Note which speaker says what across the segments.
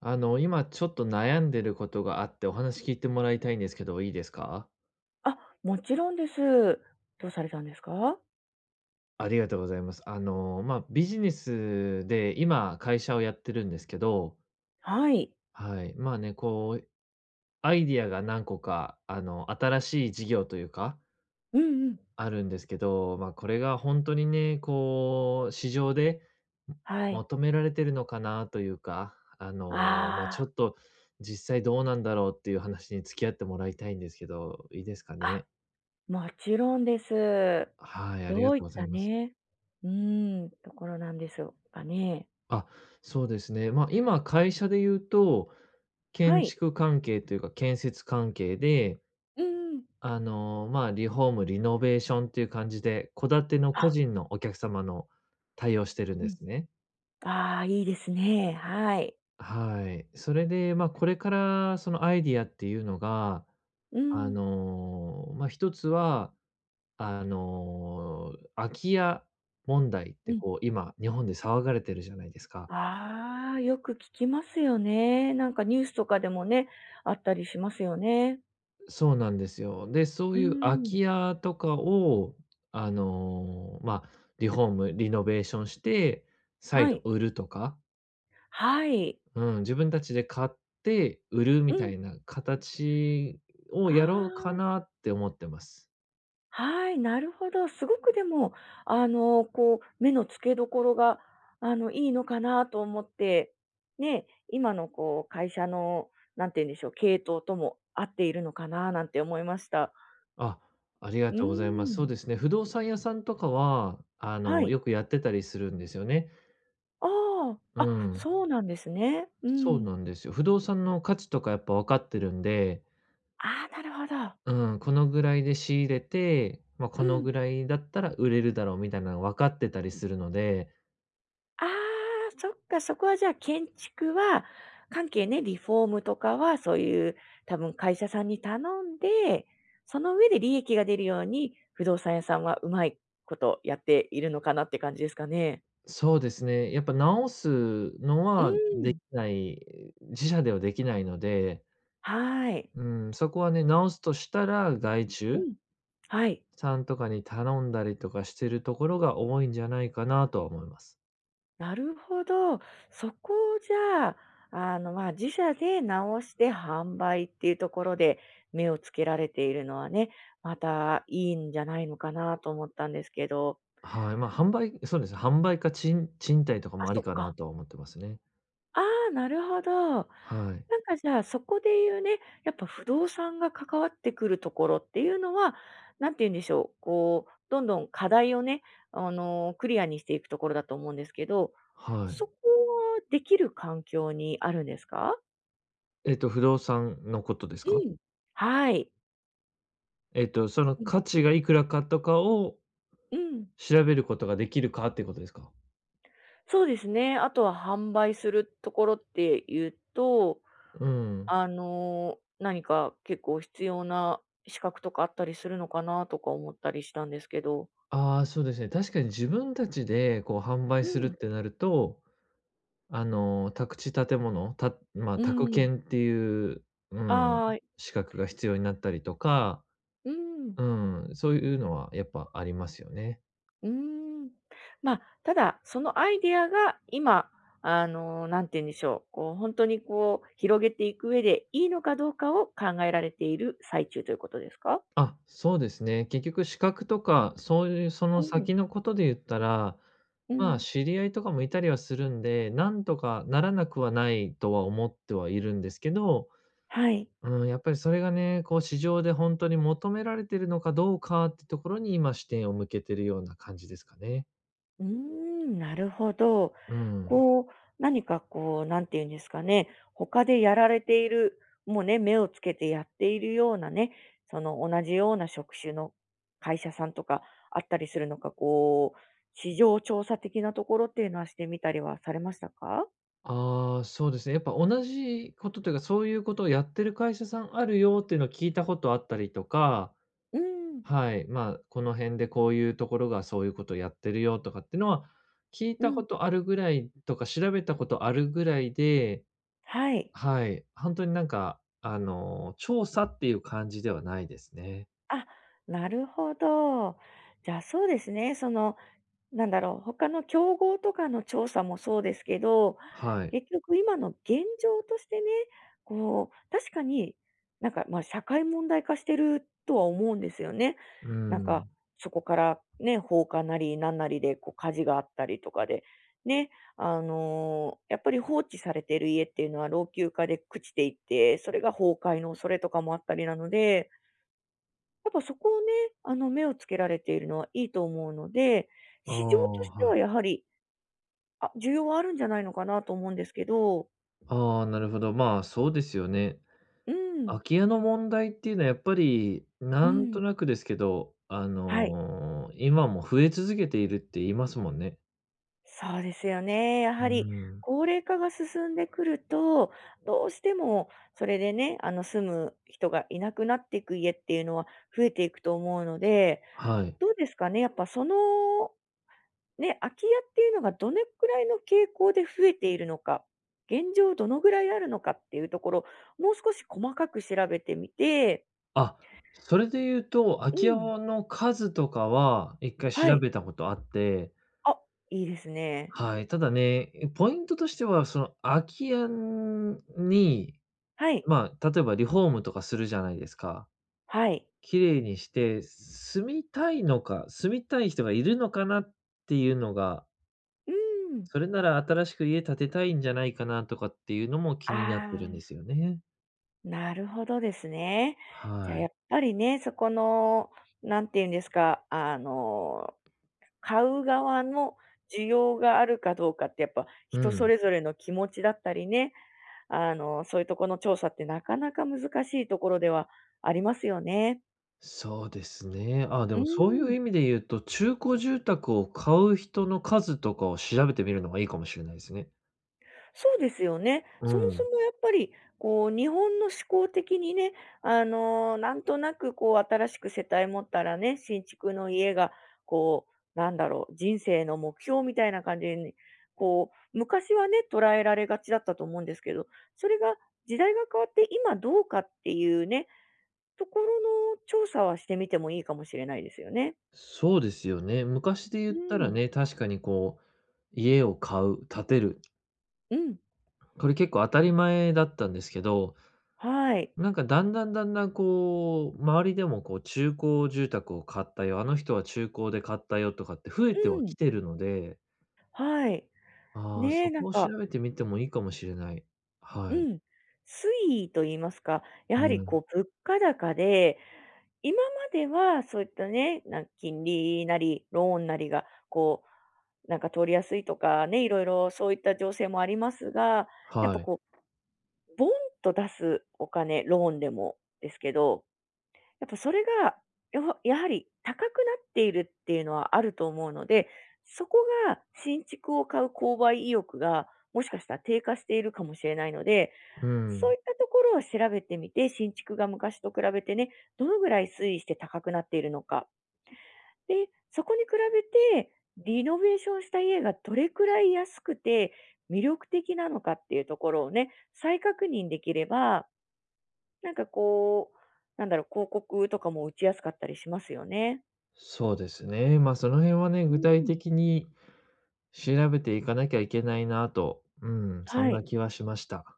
Speaker 1: 今ちょっと悩んでることがあってお話聞いてもらいたいんですけど、いいですか？
Speaker 2: あ、もちろんです。どうされたんですか？
Speaker 1: ありがとうございます。まあ、ビジネスで今会社をやってるんですけど、
Speaker 2: はい。
Speaker 1: はい、まあね、こうアイディアが何個か、新しい事業というか、
Speaker 2: うんうん。
Speaker 1: あるんですけど、まあ、これが本当にね、こう市場で、
Speaker 2: はい。
Speaker 1: 求められてるのかなというか、まあ、
Speaker 2: あ
Speaker 1: ちょっと実際どうなんだろうっていう話に付き合ってもらいたいんですけど、いいですか
Speaker 2: あ、あ、
Speaker 1: ね？
Speaker 2: もちろんです。
Speaker 1: はい、あり
Speaker 2: ど
Speaker 1: が
Speaker 2: うい
Speaker 1: とう
Speaker 2: っ
Speaker 1: ござ
Speaker 2: た
Speaker 1: います。
Speaker 2: ね、ところなんでしょうかね。
Speaker 1: あ、そうですね。まあ、今会社で言うと、
Speaker 2: は
Speaker 1: 建
Speaker 2: い。
Speaker 1: 築関係というか建設関係で、
Speaker 2: うんうん。
Speaker 1: まあ、リフォーム、リノベーションっていう感じで、戸建ての個
Speaker 2: あ、
Speaker 1: 人のお客様の対応してるん
Speaker 2: う
Speaker 1: で
Speaker 2: ん。
Speaker 1: すね。
Speaker 2: ああ、いいですね。はい。
Speaker 1: はい。それで、まあ、これからそのアイディアっていうのが、
Speaker 2: うん。
Speaker 1: まあ、一つは、空き家問題っ
Speaker 2: う
Speaker 1: て
Speaker 2: ん。
Speaker 1: こう今日本で騒がれてるじゃないですか。
Speaker 2: ああ、よく聞きますよね。なんかニュースとかでもね、あったりしますよね。
Speaker 1: そうなんですよ。で、そう
Speaker 2: う
Speaker 1: いう空き
Speaker 2: ん。
Speaker 1: 家とかを、まあ、リフォーム、リノベーションして、再
Speaker 2: は
Speaker 1: 度
Speaker 2: い。
Speaker 1: 売るとか、
Speaker 2: はい。
Speaker 1: うん、自分たちで買って売る
Speaker 2: う
Speaker 1: みた
Speaker 2: ん。
Speaker 1: いな形を
Speaker 2: あ
Speaker 1: やろうか
Speaker 2: あ。
Speaker 1: なって思ってます。
Speaker 2: はい、なるほど。すごくでも、こう、目の付けどころが、いいのかなと思って、ね、今のこう、会社の、なんて言うんでしょう、系統とも合っているのかななんて思いました。
Speaker 1: あ、ありが
Speaker 2: う
Speaker 1: とうございま
Speaker 2: ー
Speaker 1: す。そう
Speaker 2: ん。
Speaker 1: ですね、不動産屋さんとかは、
Speaker 2: はい。
Speaker 1: よくやってたりするんですよね。
Speaker 2: ああ、
Speaker 1: う
Speaker 2: あ、
Speaker 1: ん、
Speaker 2: そうなんですね。う
Speaker 1: そう
Speaker 2: ん。
Speaker 1: なんですよ。不動産の価値とかやっぱ分かってるんで、
Speaker 2: ああ、なるほど。
Speaker 1: うん、このぐらいで仕入れて、まあ、
Speaker 2: う
Speaker 1: この
Speaker 2: ん。
Speaker 1: ぐらいだったら売れるだろうみたいなの分かってたりするので、
Speaker 2: ああ、そっか、そこはじゃあ建築は関係ね、リフォームとかはそういう多分会社さんに頼んで、その上で利益が出るように不動産屋さんはうまいことやっているのかなって感じですかね。
Speaker 1: そうですね、やっぱ直すの
Speaker 2: う
Speaker 1: はでき
Speaker 2: ん。
Speaker 1: ない、自社ではできないので、
Speaker 2: はい。
Speaker 1: うん、そこはね、直すとしたら外
Speaker 2: う
Speaker 1: 注
Speaker 2: ん。はい。
Speaker 1: さんとかに頼んだりとかしてるところが多いんじゃないかなとは思います。
Speaker 2: なるほど。そこをじゃあ、自社で直して販売っていうところで目をつけられているのはね、またいいんじゃないのかなと思ったんですけど。
Speaker 1: はい、まあ、販売そうですね、販売か賃貸とか
Speaker 2: あ、
Speaker 1: もあ
Speaker 2: そ
Speaker 1: り
Speaker 2: っ
Speaker 1: かな
Speaker 2: か。
Speaker 1: とは思ってますね。
Speaker 2: ああ、なるほど。
Speaker 1: はい、
Speaker 2: なんかじゃあ、そこで言うね、やっぱ不動産が関わってくるところっていうのは、なんて言うんでしょう、こう、どんどん課題をね、クリアにしていくところだと思うんですけど、
Speaker 1: は
Speaker 2: そ
Speaker 1: い。
Speaker 2: こはできる環境にあるんですか？
Speaker 1: 不動産のことです
Speaker 2: う
Speaker 1: か？
Speaker 2: ん。はい。
Speaker 1: その価値がいくらかとかを
Speaker 2: うん。
Speaker 1: 調べることができるかってことですか？
Speaker 2: そうですね。あとは販売するところっていうと
Speaker 1: うん。
Speaker 2: 何か結構必要な資格とかあったりするのかなとか思ったりしたんですけど。
Speaker 1: ああ、そうですね。確かに自分たちでこう販売
Speaker 2: う
Speaker 1: するっ
Speaker 2: ん、
Speaker 1: てなると、宅地建物、たまあ、
Speaker 2: う
Speaker 1: 宅
Speaker 2: ん、
Speaker 1: 建っていう、うん、
Speaker 2: ああ、
Speaker 1: 資格が必要になったりとか、
Speaker 2: うん、
Speaker 1: うん、そういうのはやっぱありますよね。
Speaker 2: うん。まあ、ただ、そのアイデアが今、んて言うんでしょう、こう本当にこう広げていく上でいいのかどうかを考えられている最中ということですか？
Speaker 1: あ、そうですね。結局資格とか、そういうそ
Speaker 2: う
Speaker 1: の
Speaker 2: ん、
Speaker 1: 先のことで言ったら、
Speaker 2: う
Speaker 1: まあ、
Speaker 2: ん、
Speaker 1: 知り合いとかもいたりはするんで、なんとかならなくはないとは思ってはいるんですけど、
Speaker 2: はい。
Speaker 1: うん、やっぱりそれがね、こう市場で本当に求められてるのかどうかってところに今視点を向けてるような感じですかね。
Speaker 2: うーん、なるほど。
Speaker 1: うん。
Speaker 2: こう、何かこう、なんて言うんですかね、他でやられている、もうね、目をつけてやっているようなね、その同じような職種の会社さんとかあったりするのか、こう、市場調査的なところっていうのはしてみたりはされましたか？
Speaker 1: ああ、そうですね。やっぱ同じことというか、そういうことをやってる会社さんあるよっていうのを聞いたことあったりとか、
Speaker 2: うん、
Speaker 1: はい、まあ、この辺でこういうところがそういうことをやってるよとかっていうのは、聞い
Speaker 2: う
Speaker 1: たこ
Speaker 2: ん、
Speaker 1: とあるぐらいとか、調べたことあるぐらいで、
Speaker 2: はい。
Speaker 1: はい、ほんとになんか、調査っていう感じではないですね。
Speaker 2: あ、なるほど。じゃあ、そうですね、そのなんだろう、他の競合とかの調査もそうですけど、
Speaker 1: はい。
Speaker 2: 結局今の現状としてね、こう、確かになんか、ま、社会問題化してるとは思うんですよね。
Speaker 1: う
Speaker 2: なんか、
Speaker 1: ん。
Speaker 2: そこからね、放火なりなんなりでこう火事があったりとかで、ね、やっぱり放置されてる家っていうのは老朽化で朽ちていって、それが崩壊の恐れとかもあったりなのでやっぱそこをね、目をつけられているのはいいと思うので、
Speaker 1: ああ、
Speaker 2: 市場として
Speaker 1: は
Speaker 2: はや
Speaker 1: い。
Speaker 2: はり、あ、需要はあるんじゃないのかなと思うんですけど、
Speaker 1: ああ、なるほど。まあ、そうですよね。
Speaker 2: うん。
Speaker 1: 空き家の問題っていうのはやっぱり、
Speaker 2: う
Speaker 1: なんと
Speaker 2: ん。
Speaker 1: なくですけど、
Speaker 2: はい、
Speaker 1: 今も増え続けているって言いますもんね。
Speaker 2: そうですよね。や
Speaker 1: うー
Speaker 2: はり
Speaker 1: ん、
Speaker 2: 高齢化が進んでくると、どうしてもそれでね、住む人がいなくなっていく家っていうのは増えていくと思うので、
Speaker 1: はい。
Speaker 2: どうですかね、やっぱそのね、空き家っていうのがどれくらいの傾向で増えているのか、現状どのぐらいあるのかっていうところ、もう少し細かく調べてみて
Speaker 1: あ、それで言うと、空
Speaker 2: う
Speaker 1: き家
Speaker 2: ん、
Speaker 1: の数とかは一回
Speaker 2: は
Speaker 1: 調
Speaker 2: い。
Speaker 1: べたことあって、
Speaker 2: あ、いいですね。
Speaker 1: はい。ただね、ポイントとしては、その空き家に、
Speaker 2: はい、
Speaker 1: まあ、例えばリフォームとかするじゃないですか。
Speaker 2: はい。
Speaker 1: 綺麗にして、住みたいのか、住みたい人がいるのかなっていうのが、
Speaker 2: うーん。
Speaker 1: それなら新しく家建てたいんじゃないかなとかっていうのも気になっ
Speaker 2: あ
Speaker 1: てるんで
Speaker 2: あ、
Speaker 1: すよね。
Speaker 2: なるほどですね。じゃあ
Speaker 1: は
Speaker 2: や
Speaker 1: い。
Speaker 2: っぱりね、そこの、なんていうんですか、買う側の需要があるかどうかってやっぱ
Speaker 1: う
Speaker 2: 人そ
Speaker 1: ん。
Speaker 2: れぞれの気持ちだったりね、そういうところの調査ってなかなか難しいところではありますよね。
Speaker 1: そうですね。あ、で
Speaker 2: う
Speaker 1: もそうい
Speaker 2: ー
Speaker 1: う
Speaker 2: ん。
Speaker 1: 意味で言うと、中古住宅を買う人の数とかを調べてみるのがいいかもしれないですね。
Speaker 2: そうですよね。
Speaker 1: う
Speaker 2: そもそ
Speaker 1: ん。
Speaker 2: もやっぱり、こう、日本の思考的にね、なんとなくこう、新しく世帯持ったらね、新築の家が、こう、なんだろう、人生の目標みたいな感じに、こう、昔はね、捉えられがちだったと思うんですけど、それが時代が変わって今どうかっていうね、ところの調査はしてみてもいいかもしれないですよね。
Speaker 1: そうですよね。昔で
Speaker 2: う
Speaker 1: 言ったら
Speaker 2: ん。
Speaker 1: ね、確かにこう、家を買う、建てる、
Speaker 2: うん。
Speaker 1: これ結構当たり前だったんですけど、
Speaker 2: はい。
Speaker 1: なんかだんだんだんだんこう、周りでもこう中古住宅を買ったよ、あの人は中古で買ったよとかって増え
Speaker 2: う
Speaker 1: ては
Speaker 2: ん。
Speaker 1: きてるので、
Speaker 2: はい。
Speaker 1: ああ、
Speaker 2: ねえ、
Speaker 1: そ
Speaker 2: な
Speaker 1: こ
Speaker 2: ん
Speaker 1: を調
Speaker 2: か、
Speaker 1: べてみてもいいかもしれない。
Speaker 2: う
Speaker 1: はい。
Speaker 2: ん、推移と言いますか、や
Speaker 1: う
Speaker 2: はり
Speaker 1: ん。
Speaker 2: こう物価高で、今まではそういったね、なん金利なり、ローンなりが、こう、なんか通りやすいとかね、いろいろそういった情勢もありますが、やっ
Speaker 1: は
Speaker 2: ぱ
Speaker 1: い。
Speaker 2: こう、ボンと出すお金、ローンでもですけどやっぱそれが、やはり高くなっているっていうのはあると思うので、そこが新築を買う購買意欲がもしかしたら低下しているかもしれないので、
Speaker 1: う
Speaker 2: そう
Speaker 1: ん。
Speaker 2: いったところを調べてみて、新築が昔と比べてね、どのぐらい推移して高くなっているのか。で、そこに比べて、リノベーションした家がどれくらい安くて魅力的なのかっていうところをね、再確認できれば、なんかこう、なんだろう、広告とかも打ちやすかったりしますよね。
Speaker 1: そうですね。ま、その辺はね、
Speaker 2: う
Speaker 1: 具体
Speaker 2: ん。
Speaker 1: 的に調べていかなきゃいけないなと、うん、そん
Speaker 2: は
Speaker 1: な
Speaker 2: い。
Speaker 1: 気はしました。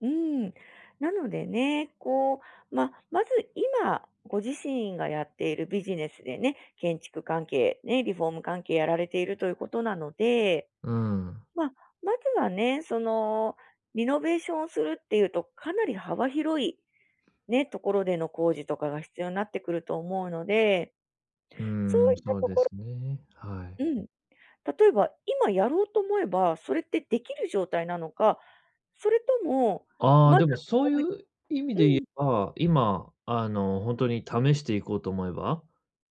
Speaker 2: うん。なのでね、こう、まあ、まず今、ご自身がやっているビジネスでね、建築関係、ね、リフォーム関係やられているということなので、
Speaker 1: うん。
Speaker 2: まあ、まずはね、その、リノベーションをするっていうと、かなり幅広い、ね、ところでの工事とかが必要になってくると思うので、
Speaker 1: う
Speaker 2: そ
Speaker 1: ー
Speaker 2: う
Speaker 1: ん、
Speaker 2: いった
Speaker 1: そう
Speaker 2: と
Speaker 1: で
Speaker 2: ころ
Speaker 1: すね。はい。
Speaker 2: うん。例えば、今やろうと思えば、それってできる状態なのか、それとも、
Speaker 1: ああ、
Speaker 2: まだ
Speaker 1: でもそ
Speaker 2: こ
Speaker 1: う
Speaker 2: うい
Speaker 1: いう意味で言
Speaker 2: う
Speaker 1: え
Speaker 2: ん、
Speaker 1: ば、今、本当に試していこうと思えば、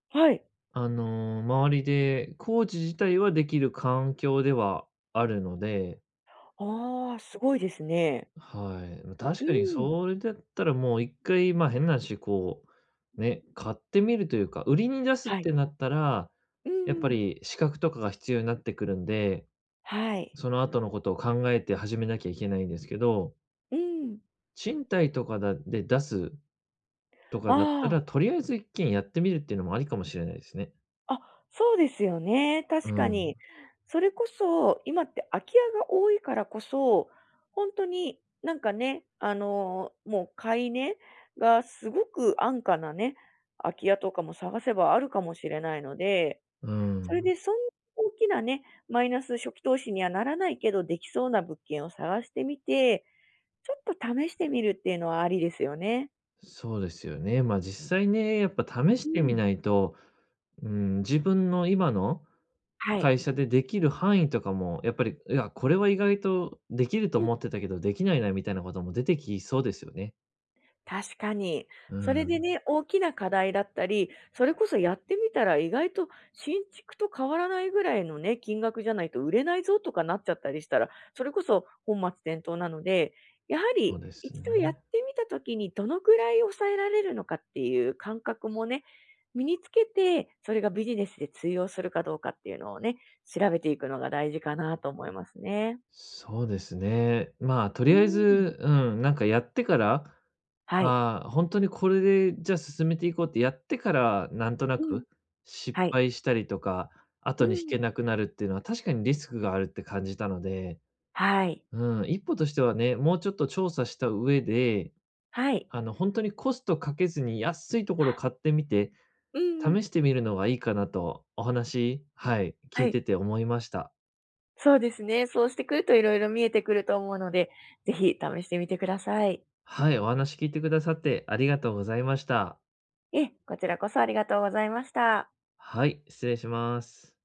Speaker 2: はい。
Speaker 1: 周りでコーチ自体はできる環境ではあるので、
Speaker 2: ああ、すごいですね。
Speaker 1: はい。ま、
Speaker 2: う
Speaker 1: 確かに
Speaker 2: ん、
Speaker 1: それだったらもう1回、ま、変な話、こう、ね、買ってみるというか、売りに出すっ
Speaker 2: はい。
Speaker 1: てなったら、
Speaker 2: う
Speaker 1: やっぱ
Speaker 2: ん
Speaker 1: り資格とかが必要になってくるんで、
Speaker 2: はい。
Speaker 1: その後のことを考えて始めなきゃいけないんですけど、
Speaker 2: うん。
Speaker 1: 賃貸とかだで出すとかだった
Speaker 2: あ
Speaker 1: ら、とりあえず一軒やってみるっていうのもありかもしれないですね。
Speaker 2: あ、あ、そうですよね、
Speaker 1: う
Speaker 2: 確か
Speaker 1: ん。
Speaker 2: に。それこそ、今って空き家が多いからこそ、本当になんかね、もう買い値がすごく安価なね、空き家とかも探せばあるかもしれないので
Speaker 1: う
Speaker 2: それ
Speaker 1: ん。
Speaker 2: でそんな大きなね、マイナス初期投資にはならないけど、できそうな物件を探してみて、ちょっと試してみるっていうのはありですよね。
Speaker 1: そうですよね。ま、実際ね、やっぱ試
Speaker 2: う
Speaker 1: してみ
Speaker 2: ん。
Speaker 1: ないと、うん、自分の今の
Speaker 2: はい。
Speaker 1: 会社でできる範囲とかも、やっぱり、いや、これは意外とできると
Speaker 2: うん
Speaker 1: 思ってたけど、できないなみたいなことも出てきそうですよね。
Speaker 2: 確かに。
Speaker 1: う
Speaker 2: それで
Speaker 1: ん、
Speaker 2: ね、大きな課題だったり、それこそやってみたら意外と新築と変わらないぐらいのね、金額じゃないと売れないぞとかなっちゃったりしたら、それこそ本末転倒なので、やは
Speaker 1: そう
Speaker 2: り
Speaker 1: です
Speaker 2: 一度やっ
Speaker 1: ね。
Speaker 2: てみたときにどのぐらい抑えられるのかっていう感覚もね、身につけて、それがビジネスで通用するかどうかっていうのをね、調べていくのが大事かなと思いますね。
Speaker 1: そうですね。まあ、と
Speaker 2: う
Speaker 1: りあえ
Speaker 2: ん。
Speaker 1: ず、うん、なんかやってから、
Speaker 2: はい。
Speaker 1: ああ、本当にこれで、じゃあ進めていこうってやってから、なんとな
Speaker 2: うん。
Speaker 1: く失
Speaker 2: はい。
Speaker 1: 敗したりとか、
Speaker 2: う
Speaker 1: 後に引
Speaker 2: ん。
Speaker 1: けなくなるっていうのは確かにリスクがあるって感じたので、
Speaker 2: はい。
Speaker 1: うん、一歩としてはね、もうちょっと調査した上で、
Speaker 2: はい。
Speaker 1: 本当にコストかけずに安いところ買ってみて、
Speaker 2: うん。
Speaker 1: 試してみるのがいいかなと、お話はい、聞
Speaker 2: は
Speaker 1: い
Speaker 2: い、
Speaker 1: てて思いました。
Speaker 2: そうですね。そうしてくると色々見えてくると思うので、ぜひ試してみてください。
Speaker 1: はい、お話聞いてくださってありがとうございました。
Speaker 2: ええ、こちらこそありがとうございました。
Speaker 1: はい、失礼します。